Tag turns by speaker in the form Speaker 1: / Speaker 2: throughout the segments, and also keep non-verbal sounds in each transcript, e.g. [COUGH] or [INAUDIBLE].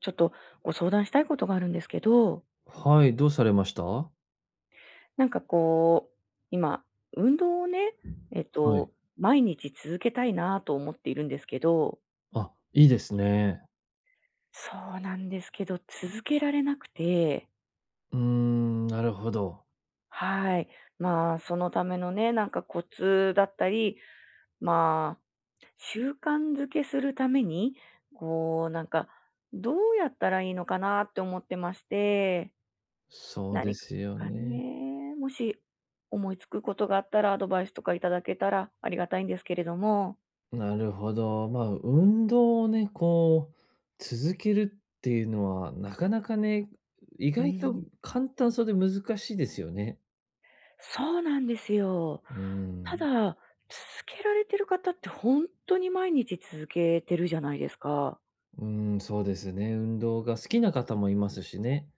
Speaker 1: ちょっとご相談したいことがあるんですけど、
Speaker 2: はい、どうされました？
Speaker 1: なんかこう、今、運動をね、えっ
Speaker 2: はい。
Speaker 1: と、毎日続けたいなと思っているんですけど、
Speaker 2: あ、いいですね。
Speaker 1: そうなんですけど、続けられなくて、
Speaker 2: うーん、なるほど。
Speaker 1: はい。まあ、そのためのね、なんかコツだったり、まあ、習慣づけするために、こう、なんか、どうやったらいいのかなって思ってまして、
Speaker 2: そうで
Speaker 1: 何
Speaker 2: すよ
Speaker 1: か
Speaker 2: ね。
Speaker 1: ね、もし思いつくことがあったらアドバイスとかいただけたらありがたいんですけれども。
Speaker 2: なるほど。まあ、運動をね、こう、続けるっていうのは、なかなかね、意
Speaker 1: う
Speaker 2: 外と
Speaker 1: ん。
Speaker 2: 簡単そうで難しいですよね。
Speaker 1: そうなんですよ。
Speaker 2: う
Speaker 1: た
Speaker 2: ん。
Speaker 1: だ、続けられてる方ってほんとに毎日続けてるじゃないですか。
Speaker 2: うん、そうですね。運動が好きな方もいますしね。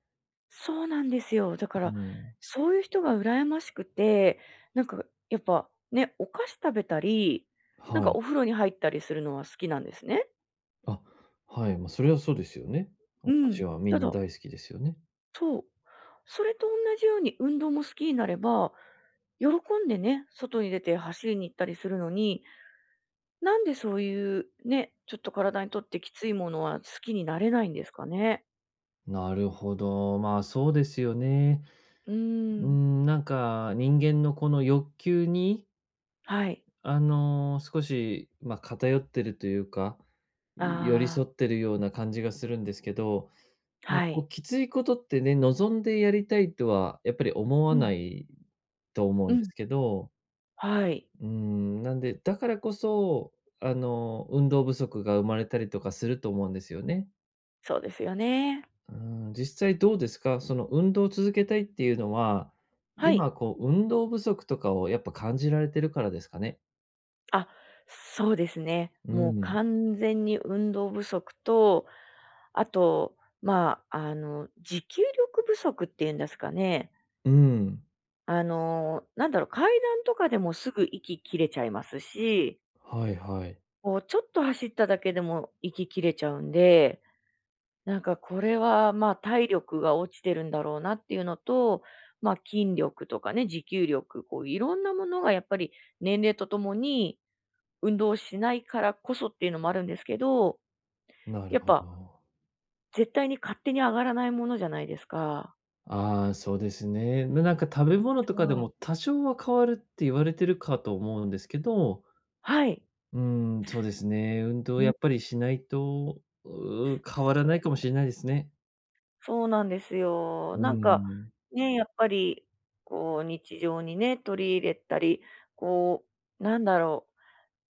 Speaker 1: そうなんですよ。だか
Speaker 2: う
Speaker 1: ら、
Speaker 2: ん。
Speaker 1: そういう人が羨ましくて、なんかやっぱね、お菓子食べたり、なん
Speaker 2: は
Speaker 1: か
Speaker 2: い。
Speaker 1: お風呂に入ったりするのは好きなんですね。
Speaker 2: あ、はい、まあ、それはそうですよね。お菓子
Speaker 1: う
Speaker 2: はみ
Speaker 1: ん。
Speaker 2: ん
Speaker 1: た
Speaker 2: な
Speaker 1: だ
Speaker 2: 大好きですよね。
Speaker 1: そう。それと同じように運動も好きになれば、喜んでね、外に出て走りに行ったりするのに、なんでそういうね、ちょっと体にとってきついものは好きになれないんですかね。
Speaker 2: なるほど。まあ、そうですよね。
Speaker 1: うー
Speaker 2: う
Speaker 1: ん。
Speaker 2: ん、なんか人間のこの欲求に、
Speaker 1: はい。
Speaker 2: あの、少し、まあ、偏ってるというか、寄り
Speaker 1: あ
Speaker 2: 添
Speaker 1: あ、
Speaker 2: ってるような感じがするんですけど、まあ、
Speaker 1: は
Speaker 2: こ
Speaker 1: い。
Speaker 2: う、きついことってね、望んでやりたいとはやっぱり思わ
Speaker 1: うん、
Speaker 2: ないと思う
Speaker 1: う
Speaker 2: んで
Speaker 1: ん。
Speaker 2: すけど、
Speaker 1: はい。
Speaker 2: うん、なんで、だからこそ、あの、運動不足が生まれたりとかすると思うんですよね。
Speaker 1: そうですよね。
Speaker 2: うー実際どうですか？その運動を続けたいっていうのは、
Speaker 1: はい。
Speaker 2: 今こう運動不足とかをやっぱ感じられてるからですかね？
Speaker 1: あ、そうですね。
Speaker 2: う
Speaker 1: もう
Speaker 2: ん。
Speaker 1: 完全に運動不足と、あと、まあ、あの、持久力不足っていうんですかね。
Speaker 2: うん。
Speaker 1: あの、なんだろう、階段とかでもすぐ息切れちゃいますし、
Speaker 2: はいはい。
Speaker 1: こうちょっと走っただけでも息切れちゃうんで、なんかこれは、まあ、体力が落ちてるんだろうなっていうのと、まあ、筋力とかね、持久力、こういろんなものがやっぱり年齢とともに運動しないからこそっていうのもあるんですけど、
Speaker 2: なる
Speaker 1: やっ
Speaker 2: ほ
Speaker 1: ぱ
Speaker 2: ど。
Speaker 1: 絶対に勝手に上がらないものじゃないですか。
Speaker 2: ああ、そうですね。なんか食べ物
Speaker 1: そ
Speaker 2: とかで
Speaker 1: う。
Speaker 2: も多少は変わるって言われてるかと思うんですけど、
Speaker 1: はい。
Speaker 2: うーそうですね。運動
Speaker 1: うん。
Speaker 2: やっぱりしないと、変わらないかもしれないですね。
Speaker 1: そうなんですよ。
Speaker 2: う
Speaker 1: なん
Speaker 2: ー
Speaker 1: か、
Speaker 2: ん。
Speaker 1: ね、やっぱり、こう、日常にね、取り入れたり、こう、なんだろう、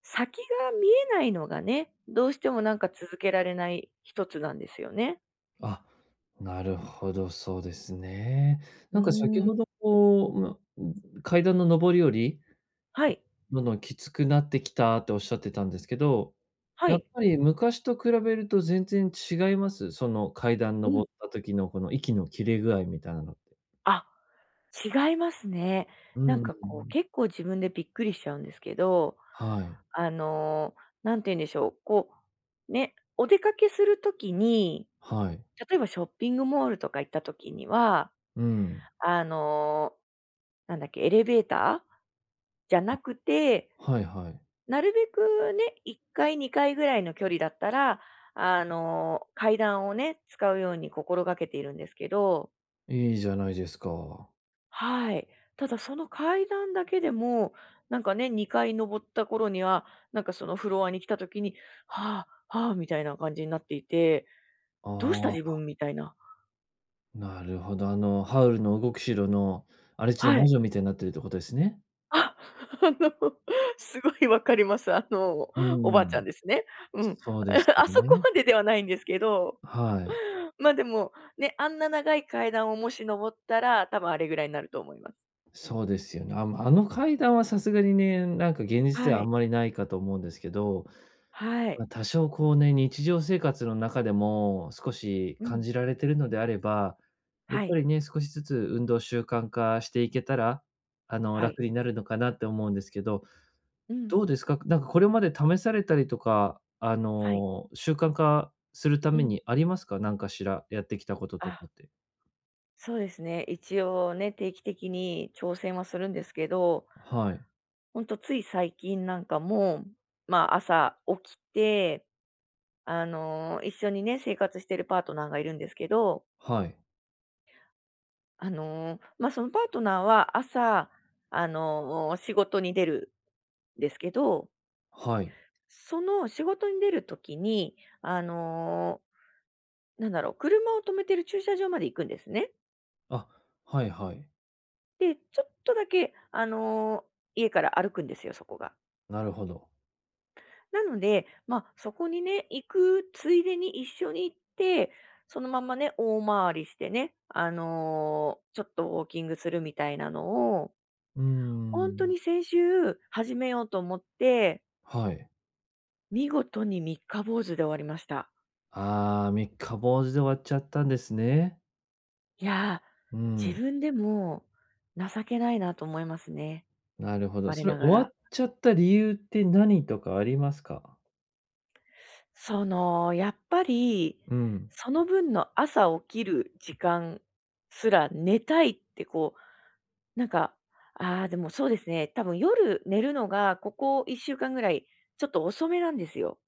Speaker 1: 先が見えないのがね、どうしてもなんか続けられない一つなんですよね。
Speaker 2: あ、なるほど、そうですね。
Speaker 1: う
Speaker 2: なんか先
Speaker 1: ーん。
Speaker 2: ほどこう、ま、階段の上り下り、
Speaker 1: はい、
Speaker 2: どんどんきつくなってきたっておっしゃってたんですけど、
Speaker 1: は
Speaker 2: やっ
Speaker 1: い。
Speaker 2: ぱり昔と比べると全然違います？その階段
Speaker 1: う
Speaker 2: 上っ
Speaker 1: ん。
Speaker 2: た時のこの息の切れ具合みたいなのって。
Speaker 1: あ、違いますね。
Speaker 2: うんう
Speaker 1: なん
Speaker 2: んう
Speaker 1: かこう、
Speaker 2: ん。
Speaker 1: 結構自分でびっくりしちゃうんですけど、
Speaker 2: はい。
Speaker 1: あの、なんて言うんでしょう、こう、ね、お出かけするときに、
Speaker 2: はい。
Speaker 1: 例えばショッピングモールとか行った時には
Speaker 2: うん。
Speaker 1: あの、なんだっけ、エレベーターじゃなくて、
Speaker 2: はいはい。
Speaker 1: なるべくね、1階、2階ぐらいの距離だったら、あの、階段をね、使うように心がけているんですけど、
Speaker 2: いいじゃないですか。
Speaker 1: はい。ただその階段だけでも、なんかね、2階登った頃には、なんかそのフロアに来た時に、はあ、はあ、みたいな感じになっていて、
Speaker 2: あ
Speaker 1: どうした自
Speaker 2: あ、
Speaker 1: 分みたいな。
Speaker 2: なるほど。あの、ハウルの動く城の荒地の
Speaker 1: は
Speaker 2: 魔
Speaker 1: い。
Speaker 2: 女みたいになってるってことですね。
Speaker 1: あ、[LAUGHS] あの、すごいわかります。あの、
Speaker 2: う
Speaker 1: おばあちゃん
Speaker 2: ん。
Speaker 1: ですね。うん。
Speaker 2: そうです
Speaker 1: [LAUGHS] あ
Speaker 2: よ
Speaker 1: そこ
Speaker 2: ね。
Speaker 1: までではないんですけど、
Speaker 2: はい。
Speaker 1: ま、でも、ね、あんな長い階段をもし登ったら、多分あれぐらいになると思います。
Speaker 2: そうですよね。あ、ま、あの階段はさすがにね、なんか現実で
Speaker 1: は
Speaker 2: はあ
Speaker 1: い、
Speaker 2: んまりないかと思うんですけど、
Speaker 1: は
Speaker 2: ま
Speaker 1: い。
Speaker 2: あ、多少こうね、日常生活の中でも少し
Speaker 1: う
Speaker 2: 感
Speaker 1: ん。
Speaker 2: じられてるのであれば、やっ
Speaker 1: は
Speaker 2: ぱ
Speaker 1: い、
Speaker 2: りね、少しずつ運動習慣化していけたら、あの、
Speaker 1: はい。
Speaker 2: 楽になるのかなって思うんですけど、
Speaker 1: うん、
Speaker 2: どうですか？なんかこれまで試されたりとか、あ
Speaker 1: はい、
Speaker 2: の、習慣化するた
Speaker 1: う
Speaker 2: め
Speaker 1: ん。
Speaker 2: にありますか？何かしらやってきたことと
Speaker 1: あ、
Speaker 2: かって。
Speaker 1: そうですね。一応ね、定期的に挑戦はするんですけど、
Speaker 2: はい。
Speaker 1: ほんとつい最近なんかも、ま、朝起きてあの、一緒にね、生活してるパートナーがいるんですけど、
Speaker 2: はい。
Speaker 1: あの、まあ、そのパートナーは朝、あの、仕事に出るんですけど、
Speaker 2: はい。
Speaker 1: その仕事に出る時に、あの、なんだろう、車を止めてる駐車場まで行くんですね。
Speaker 2: あ、はいはい。
Speaker 1: で、ちょっとだけ、あの、家から歩くんですよ、そこが。
Speaker 2: なるほど。
Speaker 1: なので、まあ、そこにね、行くついでに一緒に行って、そのままね、大回りしてね、あの、ちょっとウォーキングするみたいなのを、
Speaker 2: うー
Speaker 1: 本当
Speaker 2: ん。
Speaker 1: に先週始めようと思って、
Speaker 2: はい。
Speaker 1: 見事に三日坊主で終わりました。
Speaker 2: ああ、三日坊主で終わっちゃったんですね。
Speaker 1: いや
Speaker 2: う
Speaker 1: ー、自
Speaker 2: ん。
Speaker 1: 分でも情けないなと思いますね、
Speaker 2: なるほど。
Speaker 1: 我
Speaker 2: それ
Speaker 1: なが
Speaker 2: 終わ
Speaker 1: ら。
Speaker 2: っちゃった理由って何とかありますか？
Speaker 1: その、やっぱり、
Speaker 2: うん。
Speaker 1: その分の朝起きる時間すら寝たいってこうなんか、ああ、でもそうですね、多分夜寝るのがここ1週間ぐらい、ちょっと遅めなんですよ。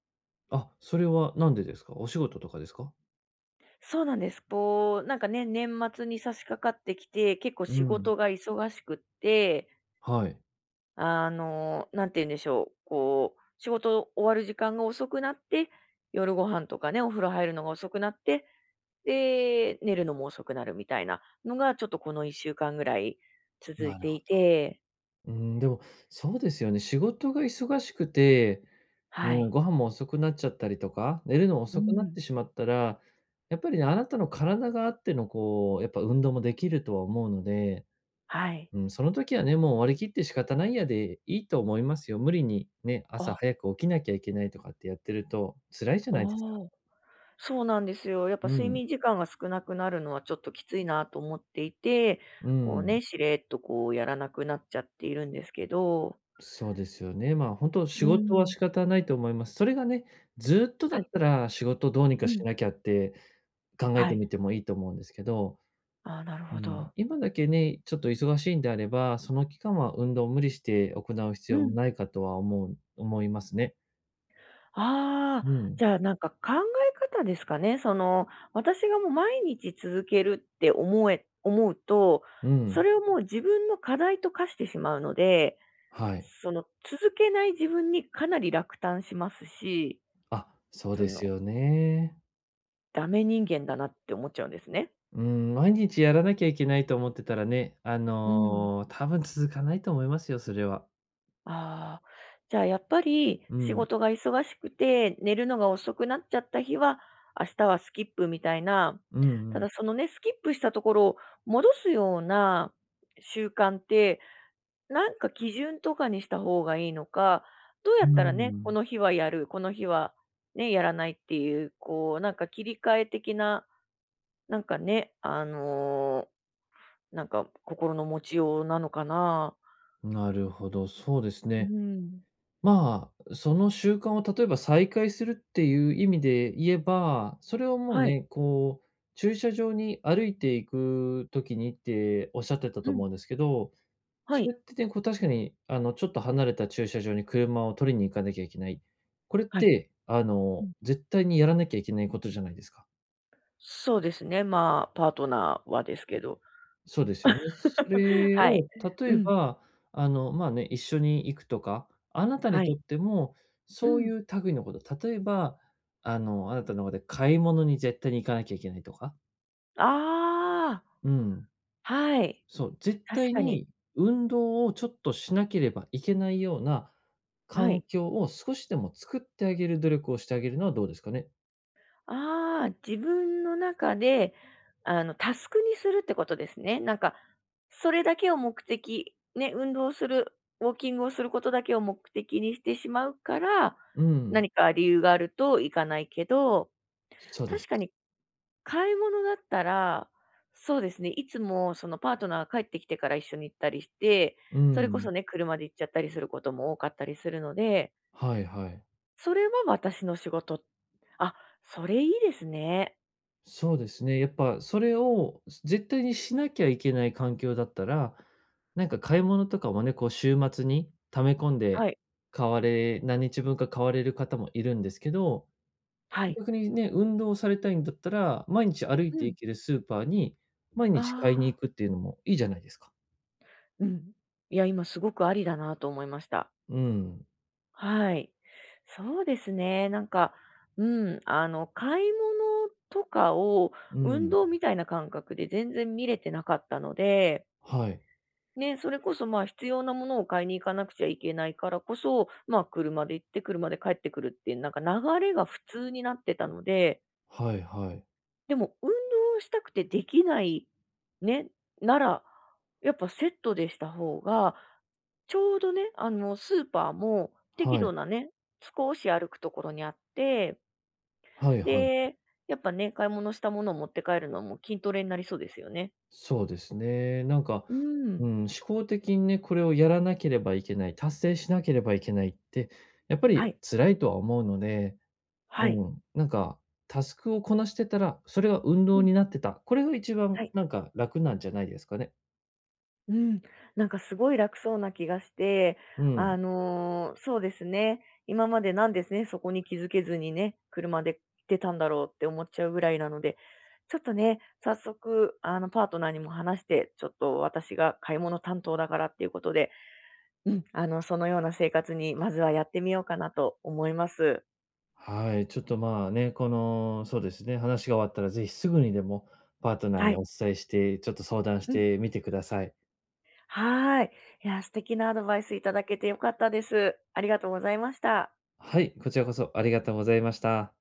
Speaker 2: あ、それはなんでですか？お仕事とかですか？
Speaker 1: そうなんです。こう、なんかね、年末に差し掛かってきて、結構
Speaker 2: う
Speaker 1: 仕
Speaker 2: ん。
Speaker 1: 事が忙しくって、
Speaker 2: はい。
Speaker 1: あの、なんて言うんでしょう、こう、仕事終わる時間が遅くなって、夜ご飯とかね、お風呂入るのが遅くなって、で、寝るのも遅くなるみたいなのが、ちょっとこの1週間ぐらい続い
Speaker 2: なる
Speaker 1: て
Speaker 2: ほ
Speaker 1: い
Speaker 2: ど。
Speaker 1: て、
Speaker 2: でも、そうですよね。仕事が忙しくて、
Speaker 1: は
Speaker 2: うん、
Speaker 1: い。
Speaker 2: ご飯も遅くなっちゃったりとか、寝るの
Speaker 1: う
Speaker 2: 遅くなっ
Speaker 1: ん。
Speaker 2: てしまったら、やっぱりね、あなたの体があってのこう、やっぱ運動もできるとは思うので、
Speaker 1: はい。
Speaker 2: うん、その時はね、もう割り切って仕方ないやでいいと思いますよ。無理にね、
Speaker 1: あ、
Speaker 2: 朝
Speaker 1: あ
Speaker 2: 早く起きなきゃいけないとかってやってると辛いじゃないですか。
Speaker 1: お。そうなんですよ。やっぱ
Speaker 2: う
Speaker 1: 睡
Speaker 2: ん。
Speaker 1: 眠時間が少なくなるのはちょっときついなと思っていて、
Speaker 2: う
Speaker 1: こう
Speaker 2: ん。
Speaker 1: ね、しれっとこうやらなくなっちゃっているんですけど。
Speaker 2: そうですよね。まあ、本当仕
Speaker 1: う
Speaker 2: 事は
Speaker 1: ん。
Speaker 2: 仕方ないと思います。それがね、ずっとだ
Speaker 1: はい。
Speaker 2: ったら仕事どうに
Speaker 1: う
Speaker 2: かし
Speaker 1: ん。
Speaker 2: なきゃって考え
Speaker 1: は
Speaker 2: て
Speaker 1: い。
Speaker 2: みてもいいと思うんですけど、
Speaker 1: ああ、なる
Speaker 2: う
Speaker 1: ほ
Speaker 2: ん、
Speaker 1: ど。
Speaker 2: 今だけね、ちょっと忙しいんであれば、その期間は運動を無理して行う必
Speaker 1: う
Speaker 2: 要も
Speaker 1: ん。
Speaker 2: ないかとは思いますね。
Speaker 1: ああ、
Speaker 2: うん、
Speaker 1: じゃあなんか考え方ですかね。その、私がもう毎日続けるって思うと、
Speaker 2: う
Speaker 1: そ
Speaker 2: ん、
Speaker 1: れをもう自分の課題と化してしまうので、
Speaker 2: はい。
Speaker 1: その続けない自分にかなり落胆しますし、
Speaker 2: あ、そう
Speaker 1: そ
Speaker 2: です
Speaker 1: の
Speaker 2: よね。
Speaker 1: ダメ人間だなって思っちゃうんですね。
Speaker 2: うん、毎日やらなきゃいけないと思ってたらね、あ
Speaker 1: うん。
Speaker 2: の、多分続かないと思いますよ、それは。
Speaker 1: ああ、じゃあやっぱり
Speaker 2: う
Speaker 1: 仕
Speaker 2: ん、
Speaker 1: 事が忙しくて寝るのが遅くなっちゃった日は、明日はスキップみたいな、
Speaker 2: うんう
Speaker 1: た
Speaker 2: ん。
Speaker 1: だそのね、スキップしたところを戻すような習慣って、なんか基準とかにした方がいいのか、どうや
Speaker 2: う
Speaker 1: ったらね、こ
Speaker 2: ん、
Speaker 1: の日はやる、この日はね、やらないっていう、こう、なんか切り替え的な、なんかね、あのーなんか心の持ちようなのかな。
Speaker 2: なるほど、そうです
Speaker 1: う
Speaker 2: ね。
Speaker 1: ーん。
Speaker 2: まあ、その習慣を例えば再開するっていう意味で言えば、それをもう
Speaker 1: はい。
Speaker 2: ね、こう、駐車場に歩いていく時にっておっしゃってた
Speaker 1: う
Speaker 2: と
Speaker 1: ん。
Speaker 2: 思うんですけど、
Speaker 1: は
Speaker 2: それっ
Speaker 1: い。
Speaker 2: てね、こう確かに、あの、ちょっと離れた駐車場に車を取りに行かなきゃいけない。これっ
Speaker 1: はい。
Speaker 2: て、あ
Speaker 1: う
Speaker 2: の、
Speaker 1: ん。
Speaker 2: 絶対にやらなきゃいけないことじゃないですか。
Speaker 1: そうですね、まあ、パートナーはですけど。
Speaker 2: そうですよね。そ
Speaker 1: [LAUGHS]
Speaker 2: れ
Speaker 1: はい。
Speaker 2: を例
Speaker 1: う
Speaker 2: え
Speaker 1: ん。
Speaker 2: ば、あの、まあね、一緒に行くとか、あなた
Speaker 1: は
Speaker 2: にと
Speaker 1: い。
Speaker 2: っても
Speaker 1: う
Speaker 2: そうい
Speaker 1: ん。
Speaker 2: う類のこと、例えば、あの、あなたの中で買い物に絶対に行かなきゃいけないとか、
Speaker 1: ああ、
Speaker 2: うん、
Speaker 1: はい。
Speaker 2: そう、絶
Speaker 1: 確
Speaker 2: 対
Speaker 1: かに。
Speaker 2: に運動をちょっとしなければいけないような
Speaker 1: は
Speaker 2: 環
Speaker 1: い。
Speaker 2: 境を少しでも作ってあげる努力をしてあげるのはどうですかね？
Speaker 1: ああ、自分の中で、あの、タスクにするってことですね。なんか、それだけを目的、ね、運動する、ウォーキングをすることだけを目的にしてしまうから、
Speaker 2: うん、
Speaker 1: 何か理由があると行かないけど
Speaker 2: そうで
Speaker 1: 確
Speaker 2: す。
Speaker 1: かに、買い物だったら、そうですね、いつもそのパートナーが帰ってきてから一緒に行ったりして、
Speaker 2: う
Speaker 1: それこ
Speaker 2: ん、
Speaker 1: そね、車で行っちゃったりすることも多かったりするので、
Speaker 2: はいはい。
Speaker 1: それは私の仕事。あ、それいいですね。
Speaker 2: そうですね。やっぱそれを絶対にしなきゃいけない環境だったら、なんか買い物とかもね、こう週末に溜め込ん
Speaker 1: は
Speaker 2: で
Speaker 1: い。
Speaker 2: 買われ何日分か買われる方もいるんですけど、
Speaker 1: はい。
Speaker 2: 逆にね、運動されたいんだったら、毎日歩い
Speaker 1: う
Speaker 2: て
Speaker 1: ん。
Speaker 2: 行けるスーパーに毎
Speaker 1: あ
Speaker 2: 日買いに行
Speaker 1: あ、
Speaker 2: くっていうのもいいじゃないですか。
Speaker 1: うん。いや、今すごくありだなと思いました。
Speaker 2: うん、
Speaker 1: はい。そうですね。なんか、うん、あの、買い物とかを
Speaker 2: う
Speaker 1: 運
Speaker 2: ん。
Speaker 1: 動みたいな感覚で全然見れてなかったので、
Speaker 2: はい。
Speaker 1: ね、それこそまあ必要なものを買いに行かなくちゃいけないからこそ、まあ車で行って車で帰ってくるっていう、なんか流れが普通になってたので、
Speaker 2: はいはい。
Speaker 1: でも、運動したくてできない、ね、なら、やっぱセットでした方が、ちょうどね、あの、スーパーも適
Speaker 2: は
Speaker 1: 度
Speaker 2: い。
Speaker 1: なね、少し歩くところにあって、
Speaker 2: はいはい。
Speaker 1: で、やっぱね、買い物したものを持って帰るのも筋トレになりそうですよね。
Speaker 2: そうですね。なんか、
Speaker 1: う
Speaker 2: う
Speaker 1: ん。
Speaker 2: ん、思考的にね、これをやらなければいけない、達成しなければいけないって、やっぱ
Speaker 1: は
Speaker 2: り
Speaker 1: い。
Speaker 2: 辛いとは思うので、う
Speaker 1: はい。
Speaker 2: ん、なんか、タスクをこなしてたら、それが運
Speaker 1: う
Speaker 2: 動
Speaker 1: ん。
Speaker 2: になってた。これが一
Speaker 1: は
Speaker 2: 番
Speaker 1: い。
Speaker 2: なんか楽なんじゃないですかね。
Speaker 1: うん、なんかすごい楽そうな気がして、
Speaker 2: う
Speaker 1: あ
Speaker 2: ん。
Speaker 1: の、そうですね、今までなんですね、そこに気づけずにね、車で行ってたんだろうって思っちゃうぐらいなので、ちょっとね、早速、あの、パートナーにも話して、ちょっと私が買い物担当だからっていうことで、うん、あの、そのような生活にまずはやってみようかなと思います。
Speaker 2: はい。ちょっとまあね、この、そうですね、話が終わったらぜひすぐにでもパートナー
Speaker 1: は
Speaker 2: に
Speaker 1: い。
Speaker 2: お伝えして、ちょっと相談し
Speaker 1: うん。
Speaker 2: てみてください。
Speaker 1: はーい。いや、素敵なアドバイスいただけてよかったです。ありがとうございました。
Speaker 2: はい、こちらこそありがとうございました。